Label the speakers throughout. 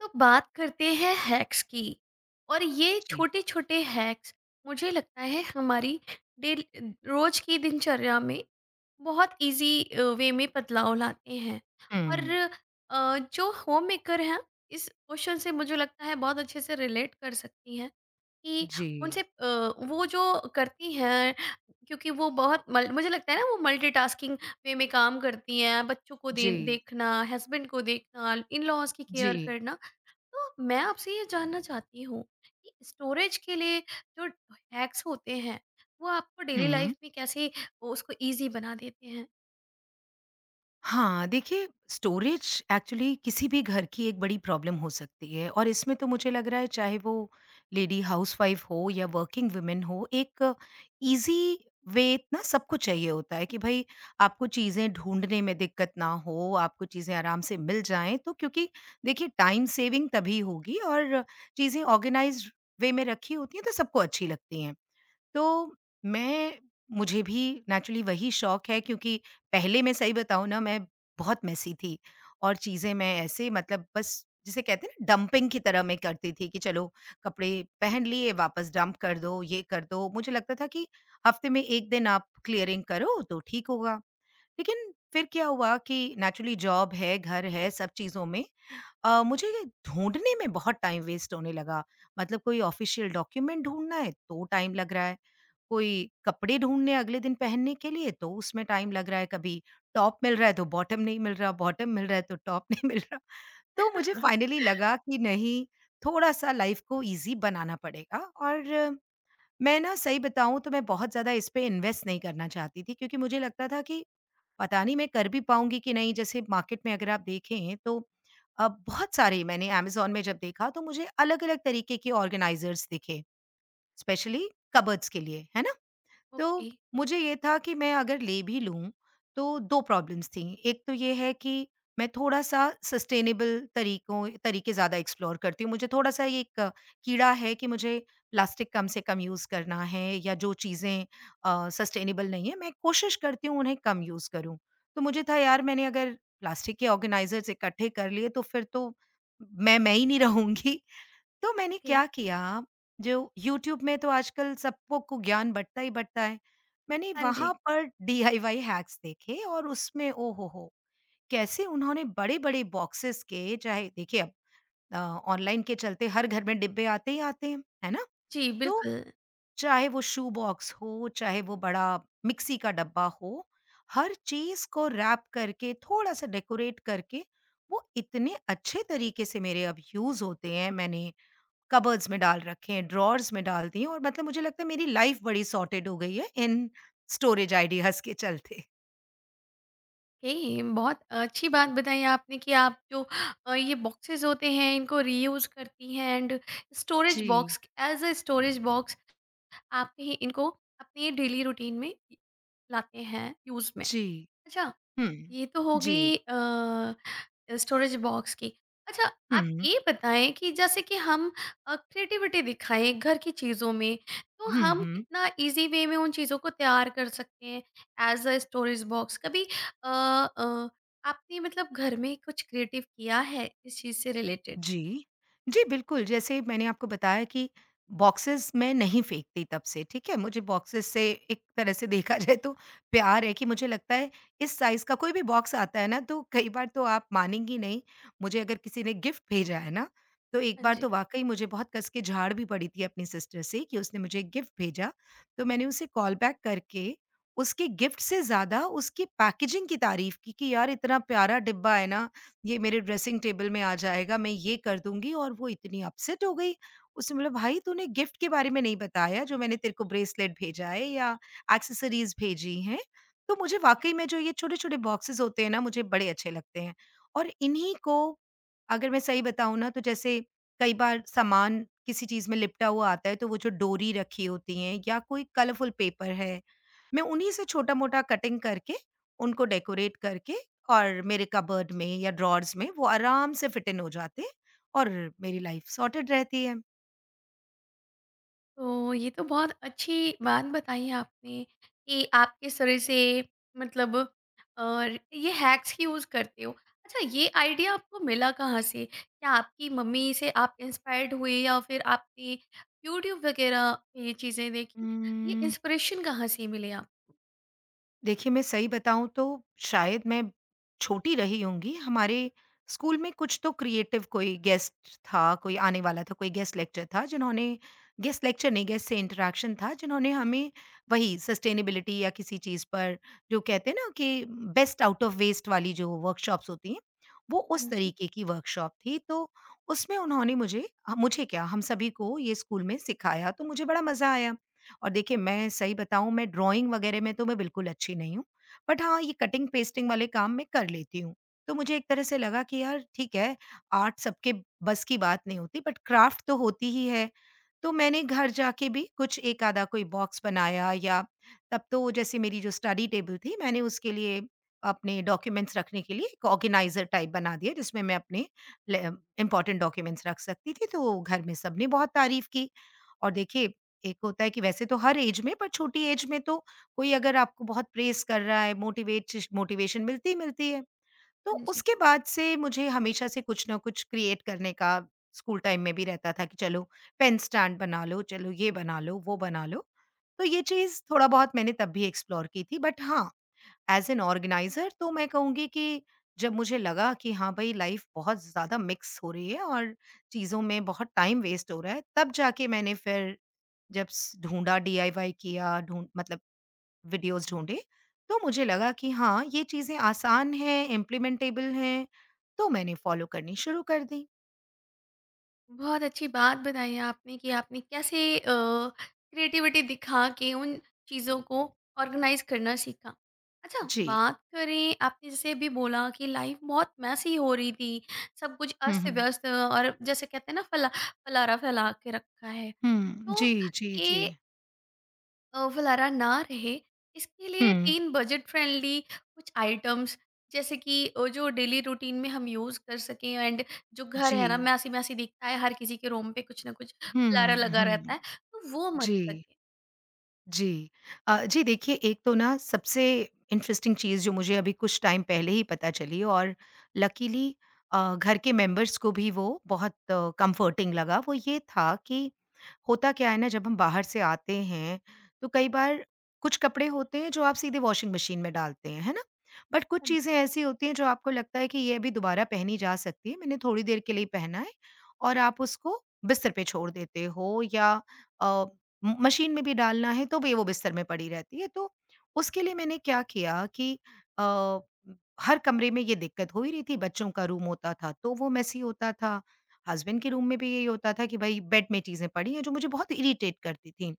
Speaker 1: तो बात करते हैं हैक्स की। और ये
Speaker 2: जी,
Speaker 1: छोटे-छोटे हैक्स मुझे लगता है हमारी डेल रोज की दिनचर्या में बहुत इजी वे में बदलाव लाते हैं। और
Speaker 2: हुँ,
Speaker 1: जो होममेकर हैं इस क्वेश्चन से मुझे लगता है बहुत अच्छे से रिलेट कर सकती हैं कि उनसे
Speaker 2: जी,
Speaker 1: वो जो करती हैं, क्योंकि वो बहुत मल मुझे लगता है ना वो मल्टीटास्किंग वे में काम करती हैं, बच्चों को दे
Speaker 2: जी,
Speaker 1: देखना, हस्बैंड को देखना, इन-लॉज़ की
Speaker 2: जी,
Speaker 1: केयर करना। तो मैं आपसे ये जानना चाहती हूँ कि स्टोरेज के लिए जो हैक्स होते हैं वो आपको डेली
Speaker 2: हुँ।
Speaker 1: लाइफ में कैसे उसको इजी बना देते हैं।
Speaker 2: हाँ, देखिए स्टोरेज एक्चुअली किसी भी घर की एक बड़ी प्रॉब्लम हो सकती है और इसमें तो मुझे लग रहा है चाहे वो लेडी हाउसवाइफ हो या वर्किंग वुमन हो, एक ईज़ी वे ना सबको चाहिए होता है कि भई आपको चीज़ें ढूँढने में दिक्कत ना हो, आपको चीज़ें आराम से मिल जाएँ तो क्योंकि देखिए टाइम सेविंग तभी होगी और चीज़ें ऑर्गेनाइज़्ड वे में रखी होती हैं तो सबको अच्छी लगती हैं। तो मैं मुझे भी नेचुरली वही शौक है क्योंकि पहले मैं सही बताऊँ ना मैं बहुत मेसी थी और चीज़ें मैं ऐसे मतलब बस जिसे कहते हैं ना डंपिंग की तरह मैं करती थी कि चलो कपड़े पहन लिए वापस डंप कर दो, ये कर दो। मुझे लगता था कि हफ्ते में 1 दिन आप क्लीयरिंग करो तो ठीक होगा। लेकिन फिर क्या हुआ कि नेचुरली जॉब है, घर है, सब चीज़ों में मुझे ये ढूँढने में बहुत टाइम वेस्ट होने लगा। मतलब कोई ऑफ़िशियल डॉक्यूमेंट ढूँढना है तो टाइम लग रहा है। कोई कपड़े ढूँढने अगले दिन पहनने के लिए, तो उसमें टाइम लग रहा है, कभी टॉप मिल रहा है, तो बॉटम नहीं मिल रहा, बॉटम मिल रहा है, तो टॉप नहीं मिल रहा। तो मुझे फाइनली लगा कि नहीं, थोड़ा-सा लाइफ़ को ईज़ी बनाना पड़ेगा और मैं ना सही बताऊँ तो मैं बहुत ज़्यादा इस पे इन्वेस्ट नहीं करना चाहती थी क्योंकि मुझे लगता था कि पता नहीं मैं कर भी पाऊँगी कि नहीं। जैसे मार्केट में अगर आप देखें तो बहुत सारे मैंने अमेज़न में जब देखा तो मुझे अलग-अलग तरीके के ऑर्गेनाइज़र्स दिखे, स्पेशली कबर्ड्स के लिए, है ना? तो
Speaker 1: ओके।
Speaker 2: मुझे ये था कि मैं अगर ले भी लूँ, तो 2 प्रॉब्लम्स थीं। एक तो ये है कि मैं थोड़ा-सा सस्टेनेबल तरीकों तरीके ज़्यादा एक्सप्लोर करती हूँ। मुझे थोड़ा-सा ये एक कीड़ा है कि मुझे प्लास्टिक कम से कम यूज़ करना है या जो चीज़ें सस्टेनेबल नहीं है, मैं कोशिश करती हूँ उन्हें कम यूज़ करूँ। तो मुझे था यार मैंने अगर प्लास्टिक के ऑर्गेनाइज़र्स इकट्ठे कर लिए तो फिर तो मैं ही नहीं रहूँगी तो मैंने
Speaker 1: जी।
Speaker 2: क्या किया जो यूट्यूब में तो आजकल सबको को ज्ञान बँटता ही बँटता है। मैंने
Speaker 1: हाँ जी।
Speaker 2: वहाँ पर डीआईवाई हैक्स देखे और उसमें ओ हो हो! कैसे उन्होंने बड़े-बड़े बॉक्सेस के चाहे देखिए अब अ, ऑनलाइन के चलते हर घर में डिब्बे आते ही आते हैं, है ना?
Speaker 1: जी
Speaker 2: तो
Speaker 1: बिल्कुल।
Speaker 2: चाहे वो शू बॉक्स हो, चाहे वो बड़ा मिक्सी का डब्बा हो, हर चीज़ को रैप करके थोड़ा-सा डेकोरेट करके वो इतने अच्छे तरीके से मेरे अब यूज़ होते हैं मैंने कबर्ड्स में डाल रखे हैं, ड्रॉवर्स में डाल दी हैं और मतलब मुझे लगता है मेरी लाइफ बड़ी सॉर्टेड हो गई है इन स्टोरेज आइडियाज़ के चलते।
Speaker 1: ओके, बहुत अच्छी बात बताई आपने कि आप जो ये बॉक्सेस होते हैं इनको रीयूज करती हैं, एंड स्टोरेज
Speaker 2: जी,
Speaker 1: box as a storage box आप ही इनको अपने डेली रूटीन में लाते हैं यूज में।
Speaker 2: जी।
Speaker 1: अच्छा,
Speaker 2: हुँ।
Speaker 1: ये तो हो
Speaker 2: जी।
Speaker 1: गई स्टोरेज बॉक्स की। अच्छा, आप
Speaker 2: हुँ,
Speaker 1: ये बताएँ कि जैसे कि हम क्रिएटिविटी दिखाएँ घर की चीज़ों में, तो हम
Speaker 2: हुँ।
Speaker 1: कितना ईज़ी वे में उन चीज़ों को तैयार कर सकते हैं एज़ अ स्टोरेज बॉक्स? कभी अ अ, आपने मतलब घर में कुछ क्रिएटिव किया है इस चीज़ से रिलेटेड?
Speaker 2: जी। जी, बिल्कुल, जैसे मैंने आपको बताया कि बॉक्सेस मैं नहीं फेंकती तब से, ठीक है? मुझे बॉक्सेस से एक तरह से देखा जाए तो प्यार है कि मुझे लगता है इस साइज़ का कोई भी बॉक्स आता है ना तो कई बार तो आप मानेंगी नहीं, मुझे अगर किसी ने गिफ्ट भेजा है ना, तो एक
Speaker 1: हाँ
Speaker 2: बार
Speaker 1: जी।
Speaker 2: तो वाक़ई मुझे बहुत कस के झाड़ भी पड़ी थी अपनी सिस्टर से कि उसने मुझे एक गिफ्ट भेजा, तो मैंने उसे कॉल बैक करके उसके गिफ्ट से ज़्यादा उसकी पैकेजिंग की तारीफ़ की कि यार इतना प्यारा डिब्बा है ना ये मेरे ड्रेसिंग टेबल में आ जाएगा, मैं ये कर दूँगी और वो इतनी अपसेट हो गई। उसने बोला भाई तूने गिफ्ट के बारे में नहीं बताया जो मैंने तेरे को ब्रेसलेट भेजा है या एक्सेसरीज़ भेजी हैं। तो मुझे वाक़ई में जो ये छोटे-छोटे बॉक्सेस होते हैं ना मुझे बड़े अच्छे लगते हैं। और इन्हीं को अगर मैं सही बताऊँ ना तो जैसे कई बार सामान किसी चीज़ में लिपटा हुआ आता है तो वो जो डोरी रखी होती है या कोई कलरफुल पेपर है मैं उन्हीं से छोटा-मोटा कटिंग करके, उनको डेकोरेट करके और मेरे कबर्ड में या ड्रॉर्स में वो आराम से फिट इन हो जाते हैं और मेरी लाइफ सॉर्टेड रहती
Speaker 1: तो ये तो बहुत अच्छी बात बताई आपने कि आप किस तरह से मतलब और ये हैक्स की यूज़ करते हो। अच्छा, ये आइडिया आपको मिला कहाँ से? क्या आपकी मम्मी से आप इंस्पायर्ड हुए या फिर आपने यूट्यूब वगैरह पे ये चीज़ें
Speaker 2: है।
Speaker 1: देखी? ये इंस्पिरेशन कहाँ से मिले आप?
Speaker 2: देखिए, मैं सही बताऊँ तो शायद मैं छोटी रही होंगी, हमारे स्कूल में कुछ तो क्रिएटिव कोई गेस्ट था, कोई आने वाला था, कोई गेस्ट लेक्चर था, जिन्होंने गेस्ट लेक्चर नहीं, गेस्ट से इंटरैक्शन था, जिन्होंने हमें वही सस्टेनेबिलिटी या किसी चीज़ पर जो कहते हैं ना कि बेस्ट आउट ऑफ वेस्ट वाली जो वर्कशॉप्स होती हैं, वो
Speaker 1: हाँ
Speaker 2: उस
Speaker 1: जी,
Speaker 2: तरीके की वर्कशॉप थी। तो उसमें उन्होंने मुझे मुझे क्या हम सभी को ये स्कूल में सिखाया, तो मुझे बड़ा मज़ा आया। और देखिए मैं सही बताऊँ मैं ड्राइंग वगैरह में तो मैं बिल्कुल अच्छी नहीं हूँ। बट हाँ, ये कटिंग पेस्टिंग वाले काम मैं कर लेती हूँ। तो मुझे एक तरह से लगा कि यार ठीक है, आर्ट सबके बस की बात नहीं होती बट क्राफ्ट तो होती ही है। तो मैंने घर जाके भी कुछ एक आधा कोई बॉक्स बनाया या तब तो जैसे मेरी जो स्टडी टेबल थी मैंने उसके लिए अपने डॉक्यूमेंट्स रखने के लिए एक ऑर्गेनाइज़र टाइप बना दिया जिसमें मैं अपने ले इम्पोर्टेंट डॉक्यूमेंट्स रख सकती थी। तो घर में सबने बहुत तारीफ़ की और देखिए एक होता है कि वैसे तो हर एज में पर छोटी एज में तो कोई अगर आपको बहुत प्रेज़ कर रहा है, मोटिवेट मोटिवेशन मिलती ही मिलती है। तो
Speaker 1: हाँ जी।
Speaker 2: उसके बाद से मुझे हमेशा से कुछ ना कुछ क्रिएट करने का स्कूल टाइम में भी रहता था कि चलो पेन स्टैंड बना लो, चलो ये बना लो, वो बना लो। तो ये चीज़ थोड़ा बहुत मैंने तब भी एक्सप्लोर की थी बट हाँ, एज़ एन ऑर्गेनाइज़र तो मैं कहूँगी कि जब मुझे लगा कि हाँ भई लाइफ़ बहुत ज़्यादा मिक्स हो रही है और चीज़ों में बहुत टाइम वेस्ट हो रहा है, तब जाके मैंने फिर जब स ढूँढा डीआईवाई किया ढूँढ मतलब वीडियोज़ ढूँढे, तो मुझे लगा कि हाँ, ये चीज़ें आसान हैं, इम्प्लीमेंटेबल हैं, तो मैंने फ़ॉलो करनी शुरू कर दी।
Speaker 1: बहुत अच्छी बात बताई है आपने कि आपने कैसे क्रिएटिविटी दिखा के उन चीज़ों को ऑर्गेनाइज करना सीखा। अच्छा,
Speaker 2: जी।
Speaker 1: बात करें आपने जैसे अभी बोला कि लाइफ बहुत मेसी हो रही थी, सब कुछ
Speaker 2: हुँ, हुँ।
Speaker 1: अस्त-व्यस्त, और जैसे कहते हैं ना फैला फैला के रखा है।
Speaker 2: हुँ,
Speaker 1: तो
Speaker 2: जी, जी, जी।
Speaker 1: ये वलारा ना रहे, इसके लिए
Speaker 2: हुँ,
Speaker 1: तीन बजट फ्रेंडली कुछ आइटम्स जैसे कि जो डेली रूटीन में हम यूज़ कर सकें, एंड जो घर है ना
Speaker 2: जी।
Speaker 1: मैसी मैसी दिखता है, हर किसी के रूम पे कुछ ना कुछ वलारा
Speaker 2: हुँ,
Speaker 1: लगा रहता
Speaker 2: हुँ।
Speaker 1: है, तो वो मत
Speaker 2: जी।
Speaker 1: लगे।
Speaker 2: जी। जी देखिए, एक तो ना सबसे इंटरेस्टिंग चीज़ जो मुझे अभी कुछ टाइम पहले ही पता चली और लकीली घर के मेंबर्स को भी वो बहुत कम्फ़र्टिंग लगा, वो ये था कि होता क्या है ना जब हम बाहर से आते हैं, तो कई बार कुछ कपड़े होते हैं जो आप सीधे वॉशिंग मशीन में डालते हैं, है ना? बट कुछ
Speaker 1: हाँ जी।
Speaker 2: चीज़ें ऐसी होती हैं जो आपको लगता है कि ये अभी दोबारा पहनी जा सकती है, मैंने थोड़ी देर के लिए पहना है और आप उसको बिस्तर पे छोड़ देते हो या अ म मशीन में भी डालना है तो भी वो बिस्तर में पड़ी रहती है। तो उसके लिए मैंने क्या किया कि अ, हर कमरे में ये दिक्कत हो ही रही थी, बच्चों का रूम होता था तो वो मेसी होता था, हस्बैंड के रूम में भी यही होता था कि भई बेड में चीज़ें पड़ी हैं जो मुझे बहुत इरिटेट करती थी।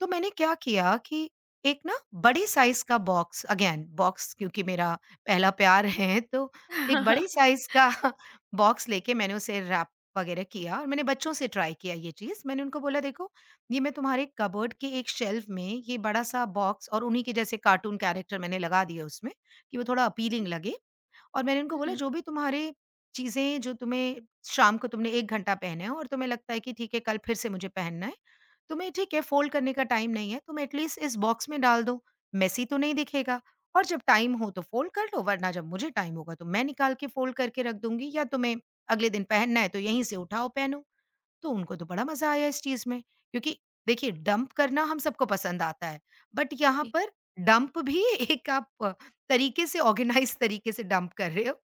Speaker 2: तो मैंने क्या किया कि एक ना बड़े साइज़ का बॉक्स अगेन बॉक्स क्योंकि मेरा पहला प्यार है तो एक बड़े साइज़ का बॉक्स लेके मैंने उसे रैप वगैरह किया और मैंने बच्चों से ट्राई किया ये चीज़। मैंने उनको बोला देखो ये मैं तुम्हारे कबर्ड के एक शेल्फ में ये बड़ा-सा बॉक्स और उन्हीं के जैसे कार्टून कैरेक्टर मैंने लगा दिए उसमें, कि वो थोड़ा अपीलिंग लगे। और मैंने उनको बोला
Speaker 1: हुँ,
Speaker 2: जो भी तुम्हारे चीज़ें जो तुम्हें शाम को तुमने 1 घंटा पहने हो और तुम्हें लगता है कि ठीक है कल फिर से मुझे पहनना है, तुम्हें ठीक है फ़ोल्ड करने का टाइम नहीं है, तुम एटलीस्ट इस बॉक्स में डाल दो, मेसी तो नहीं दिखेगा और जब टाइम हो तो फ़ोल्ड कर लो वरना जब मुझे टाइम होगा तो मैं निकाल के फ़ोल्ड करके रख दूँगी या तुम्हें अगले दिन पहनना है तो यहीं से उठाओ पहनो। तो उनको तो बड़ा मज़ा आया इस चीज़ में क्योंकि देखिए डंप करना हम सबको पसंद आता है। बट यहाँ
Speaker 1: जी।
Speaker 2: पर डंप भी एक आप अ, तरीके से ऑर्गेनाइज़ तरीके से डंप कर रहे हो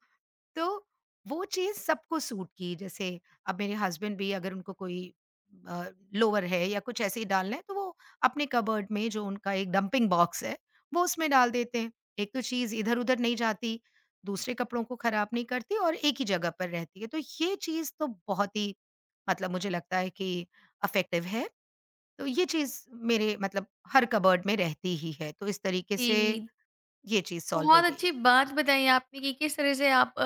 Speaker 2: तो वो चीज़ सबको सूट की जैसे अब मेरे हस्बैंड भी अगर उनको कोई अ, लोवर है या कुछ ऐसे ही डालना है तो वो अपने कबर्ड में जो उनका एक डंपिंग बॉक्स है वो उसमें डाल देते हैं। एक तो चीज़ इधर-उधर नहीं जाती, दूसरे कपड़ों को खराब नहीं करती और एक ही जगह पर रहती है। तो ये चीज़ तो बहुत ही मतलब मुझे लगता है कि अफेक्टिव है। तो ये चीज़ मेरे मतलब हर कबर्ड में रहती ही है। तो इस तरीके से
Speaker 1: जी,
Speaker 2: ये चीज़ सॉल्व हो
Speaker 1: बहुत
Speaker 2: गई
Speaker 1: अच्छी
Speaker 2: है।
Speaker 1: बात बताई आपने कि किस तरह से आप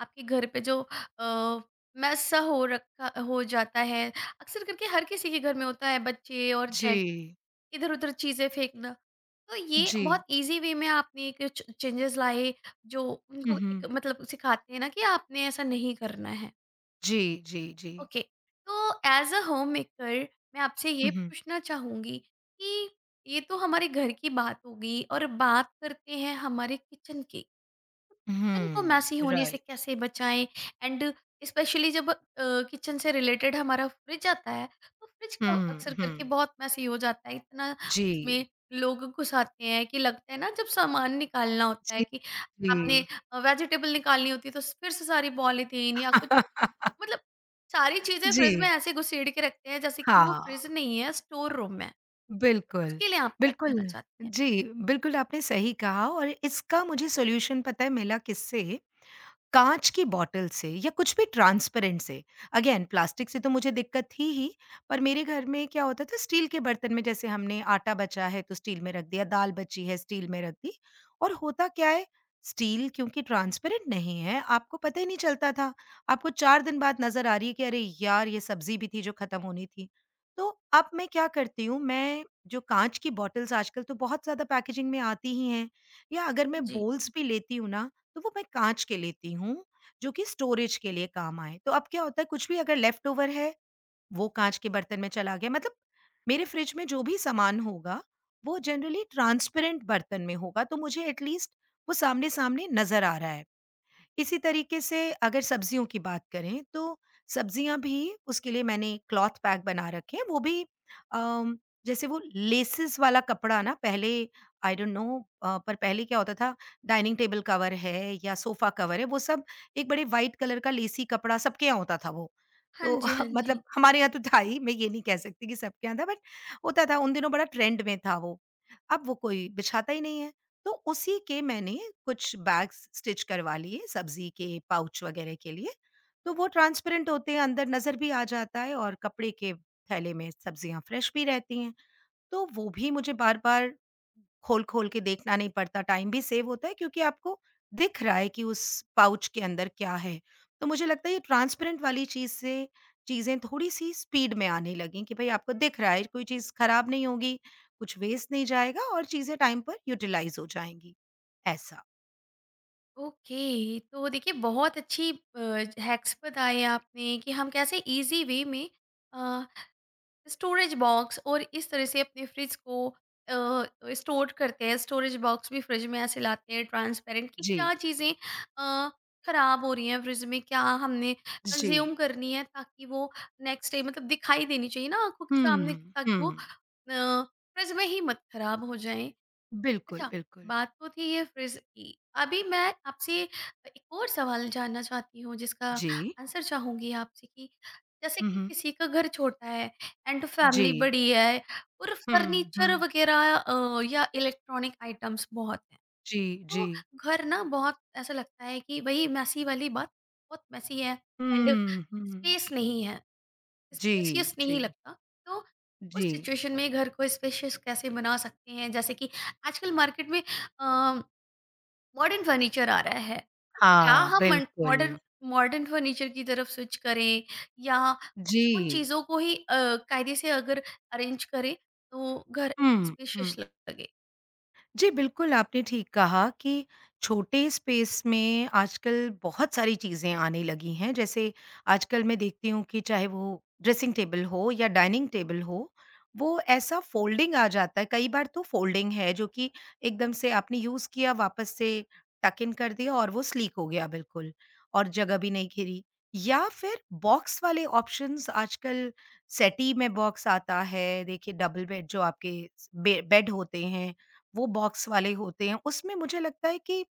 Speaker 1: आपके घर पे जो अ, मैस सा हो रखा हो जाता है, अक्सर करके हर किसी के घर में होता है बच्चे और
Speaker 2: जी।
Speaker 1: इधर-उधर चीज़ें फेंकना। तो ये
Speaker 2: जी।
Speaker 1: बहुत ईज़ी वे में आपने कुछ चेंजेस लाए जो
Speaker 2: हुँ,
Speaker 1: उनको एक
Speaker 2: हुँ।
Speaker 1: मतलब सिखाते हैं ना कि आपने ऐसा नहीं करना है।
Speaker 2: जी, जी, जी।
Speaker 1: ओके, तो एज़ अ होममेकर मैं आपसे ये
Speaker 2: हुँ, हुँ।
Speaker 1: पूछना चाहूँगी कि ये तो हमारे घर की बात होगी, और बात करते हैं हमारे किचन की। किचन को मैसी
Speaker 2: हुँ,
Speaker 1: होने से
Speaker 2: राइट।
Speaker 1: कैसे बचाएं, एंड स्पेशली जब किचन से रिलेटेड हमारा फ्रिज आता है, तो फ्रिज का अक्सर
Speaker 2: हुँ,
Speaker 1: करके
Speaker 2: हुँ।
Speaker 1: बहुत मैसी हो जाता है, इतना
Speaker 2: जी।
Speaker 1: उसमें लोग घुसाते हैं कि लगता है ना जब सामान निकालना होता है
Speaker 2: जी,
Speaker 1: कि
Speaker 2: जी।
Speaker 1: आपने वेजिटेबल निकालनी होती है तो फिर से सारी पॉलीथीन या कुछ मतलब सारी चीजें फ्रिज में
Speaker 2: जी,
Speaker 1: ऐसे घुसेड़ के रखते हैं जैसे कि वो फ्रिज
Speaker 2: हाँ,
Speaker 1: नहीं है स्टोर रूम है।
Speaker 2: बिल्कुल।
Speaker 1: उसके लिए आप क्या
Speaker 2: बिल्कुल,
Speaker 1: कहना चाहते हैं?
Speaker 2: जी, बिल्कुल आपने सही कहा और इसका मुझे सॉल्यूशन पता है मिला किससे? काँच की बॉटल से या कुछ भी ट्रांसपेरेंट से, अगेन प्लास्टिक से तो मुझे दिक्कत थी ही, पर मेरे घर में क्या होता था? स्टील के बर्तन में, जैसे हमने आटा बचा है तो स्टील में रख दिया, दाल बची है स्टील में रख दी। और होता क्या है, स्टील क्योंकि ट्रांसपेरेंट नहीं है, आपको पता ही नहीं चलता था। आपको 4 दिन बाद नज़र आ रही है कि अरे यार! ये सब्ज़ी भी थी जो खत्म होनी थी। तो अब मैं क्या करती हूँ, मैं जो काँच की बॉटल्स, आजकल तो बहुत ज़्यादा पैकेजिंग में आती ही हैं, या अगर मैं
Speaker 1: जी।
Speaker 2: बोल्स भी लेती हूँ ना, तो वो मैं काँच के लेती हूँ, जो कि स्टोरेज के लिए काम आएँ। तो अब क्या होता है, कुछ भी अगर लेफ्ट ओवर है, वो काँच के बर्तन में चला गया। मतलब मेरे फ्रिज में जो भी सामान होगा, वो जनरली ट्रांसपेरेंट बर्तन में होगा, तो मुझे एट लीस्ट वो सामने-सामने नज़र आ रहा है। इसी तरीके से अगर सब्जियों की बात करें, तो सब्जियां भी, उसके लिए मैंने क्लॉथ बैग बना रखे हैं। वो भी अम, जैसे वो लेसेस वाला कपड़ा ना, पहले, आई डोंट नो, पर पहले क्या होता था, डाइनिंग टेबल कवर है या सोफा कवर है, वो सब एक बड़े वाइट कलर का लेसी कपड़ा सबके यहाँ होता था। वो
Speaker 1: हाँ
Speaker 2: तो
Speaker 1: जी। हाँ जी।
Speaker 2: मतलब हमारे यहाँ तो था ही, मैं ये नहीं कह सकती कि सबके यहाँ था, बट होता था। उन दिनों बड़ा ट्रेंड में था वो। अब वो कोई बिछाता ही नहीं है। तो उसी के मैंने कुछ बैग्स स्टिच करवा लिए, सब्जी के पाउच वगैरह के लिए। तो वो ट्रांसपेरेंट होते हैं, अंदर नज़र भी आ जाता है, और कपड़े के थैले में सब्जियाँ फ्रेश भी रहती हैं। तो वो भी मुझे बार-बार खोल-खोल के देखना नहीं पड़ता, टाइम भी सेव होता है, क्योंकि आपको दिख रहा है कि उस पाउच के अंदर क्या है। तो मुझे लगता है ये ट्रांसपेरेंट वाली चीज़ से चीज़ें थोड़ी-सी स्पीड में आने लगीं कि भई आपको दिख रहा है, कोई चीज़ खराब नहीं होगी, कुछ वेस्ट नहीं जाएगा और चीज़ें टाइम पर यूटिलाइज़ हो जाएँगी, ऐसा।
Speaker 1: ओके, तो देखिए बहुत अच्छी हैक्स बताए आपने कि हम कैसे इजी वे में स्टोरेज बॉक्स और इस तरह से अपने फ्रिज को स्टोर करते हैं, स्टोरेज बॉक्स भी फ्रिज में ऐसे लाते हैं ट्रांसपेरेंट कि क्या
Speaker 2: जी,
Speaker 1: चीज़ें अ, खराब हो रही हैं फ्रिज में, क्या हमने
Speaker 2: जी।
Speaker 1: कंज्यूम करनी है, ताकि वो नेक्स्ट डे मतलब दिखाई देनी चाहिए ना आंखों के सामने
Speaker 2: हुँ, हुँ।
Speaker 1: ताकि वो फ्रिज में ही मत खराब हो जाए।
Speaker 2: बिल्कुल,
Speaker 1: अच्छा,
Speaker 2: बिल्कुल।
Speaker 1: बात तो थी ये फ्रिज की। अभी मैं आपसे एक और सवाल जानना चाहती हूँ जिसका
Speaker 2: जी।
Speaker 1: आंसर चाहूँगी आपसे कि जैसे
Speaker 2: हुँ,
Speaker 1: कि
Speaker 2: हुँ।
Speaker 1: किसी का घर छोटा है एंड
Speaker 2: जी।
Speaker 1: फैमिली बड़ी है और
Speaker 2: हुँ,
Speaker 1: फर्नीचर
Speaker 2: हुँ।
Speaker 1: वगैरह या इलेक्ट्रॉनिक आइटम्स बहुत हैं।
Speaker 2: जी, जी।
Speaker 1: तो घर ना बहुत ऐसा लगता है कि वही मेसी वाली बात, बहुत मेसी है एंड
Speaker 2: हुँ, हुँ।
Speaker 1: स्पेस नहीं है।
Speaker 2: जी,
Speaker 1: स्पेशियस
Speaker 2: जी,
Speaker 1: नहीं लगता। तो उस
Speaker 2: जी।
Speaker 1: सिचुएशन में घर को स्पेशियस कैसे बना सकते हैं? जैसे कि आजकल मार्केट में अ, मॉडर्न फर्नीचर आ रहा है। क्या
Speaker 2: हाँ,
Speaker 1: हम मन मॉडर्न
Speaker 2: बिल्कुल।
Speaker 1: मॉडर्न फर्नीचर की तरफ स्विच करें, या
Speaker 2: जी।
Speaker 1: उन चीज़ों को ही कायदे से अगर अरेंज करें तो घर
Speaker 2: हुँ, हुँ।
Speaker 1: स्पेशियस लगे?
Speaker 2: जी, बिल्कुल, आपने ठीक कहा कि छोटे स्पेस में आजकल बहुत सारी चीज़ें आने लगी हैं। जैसे आजकल मैं देखती हूँ कि चाहे वो ड्रेसिंग टेबल हो या डाइनिंग टेबल हो, वो ऐसा फ़ोल्डिंग आ जाता है। कई बार तो फ़ोल्डिंग है, जो कि एकदम से आपने यूज़ किया, वापस से टक इन कर दिया और वो स्लीक हो गया, बिल्कुल, और जगह भी नहीं घिरी। या फिर बॉक्स वाले ऑप्शंस आजकल, सेटी में बॉक्स आता है। देखिए डबल बेड, जो आपके स बे बेड होते हैं, वो बॉक्स वाले होते हैं। उसमें मुझे लगता है कि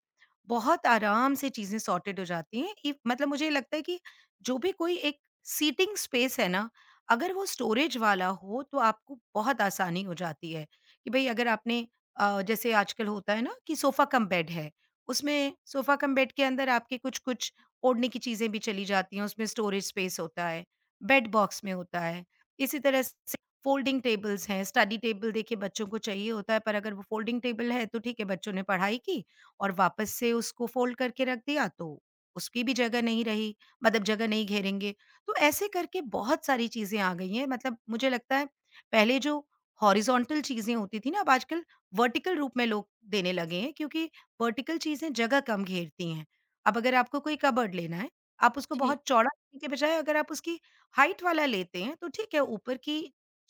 Speaker 2: बहुत आराम से चीज़ें सॉर्टेड हो जाती हैं। इव मतलब मुझे लगता है कि जो भी कोई एक सीटिंग स्पेस है ना, अगर वो स्टोरेज वाला हो, तो आपको बहुत आसानी हो जाती है। कि भई अगर आपने, जैसे आजकल होता है ना कि सोफ़ा कम बेड है, उसमें सोफ़ा कम बेड के अंदर आपके कुछ-कुछ ओढ़ने की चीज़ें भी चली जाती हैं, उसमें स्टोरेज स्पेस होता है, बेड बॉक्स में होता है। इसी तरह से फ़ोल्डिंग टेबल्स हैं। स्टडी टेबल, देखिए बच्चों को चाहिए होता है, पर अगर वो फ़ोल्डिंग टेबल है तो ठीक है, बच्चों ने पढ़ाई की, और वापस से उसको फ़ोल्ड करके रख दिया, तो उसकी भी जगह नहीं रही, मतलब जगह नहीं घेरेंगे। तो ऐसे करके बहुत सारी चीज़ें आ गई हैं। मतलब मुझे लगता है पहले जो हॉरिज़ॉन्टल चीज़ें होती थी ना, अब आजकल वर्टिकल रूप में लोग देने लगे हैं, क्योंकि वर्टिकल चीज़ें जगह कम घेरती हैं। अब अगर आपको कोई कबर्ड लेना है, आप उसको
Speaker 1: जी,
Speaker 2: बहुत चौड़ा लेने के बजाय अगर आप उसकी हाइट वाला लेते हैं, तो ठीक है, ऊपर की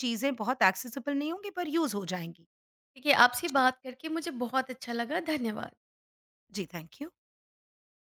Speaker 2: चीज़ें बहुत एक्सेसिबल नहीं होंगी पर यूज़ हो जाएँगी।
Speaker 1: देखिए आपसे बात करके मुझे बहुत अच्छा लगा। धन्यवाद।
Speaker 2: जी, थैंक यू।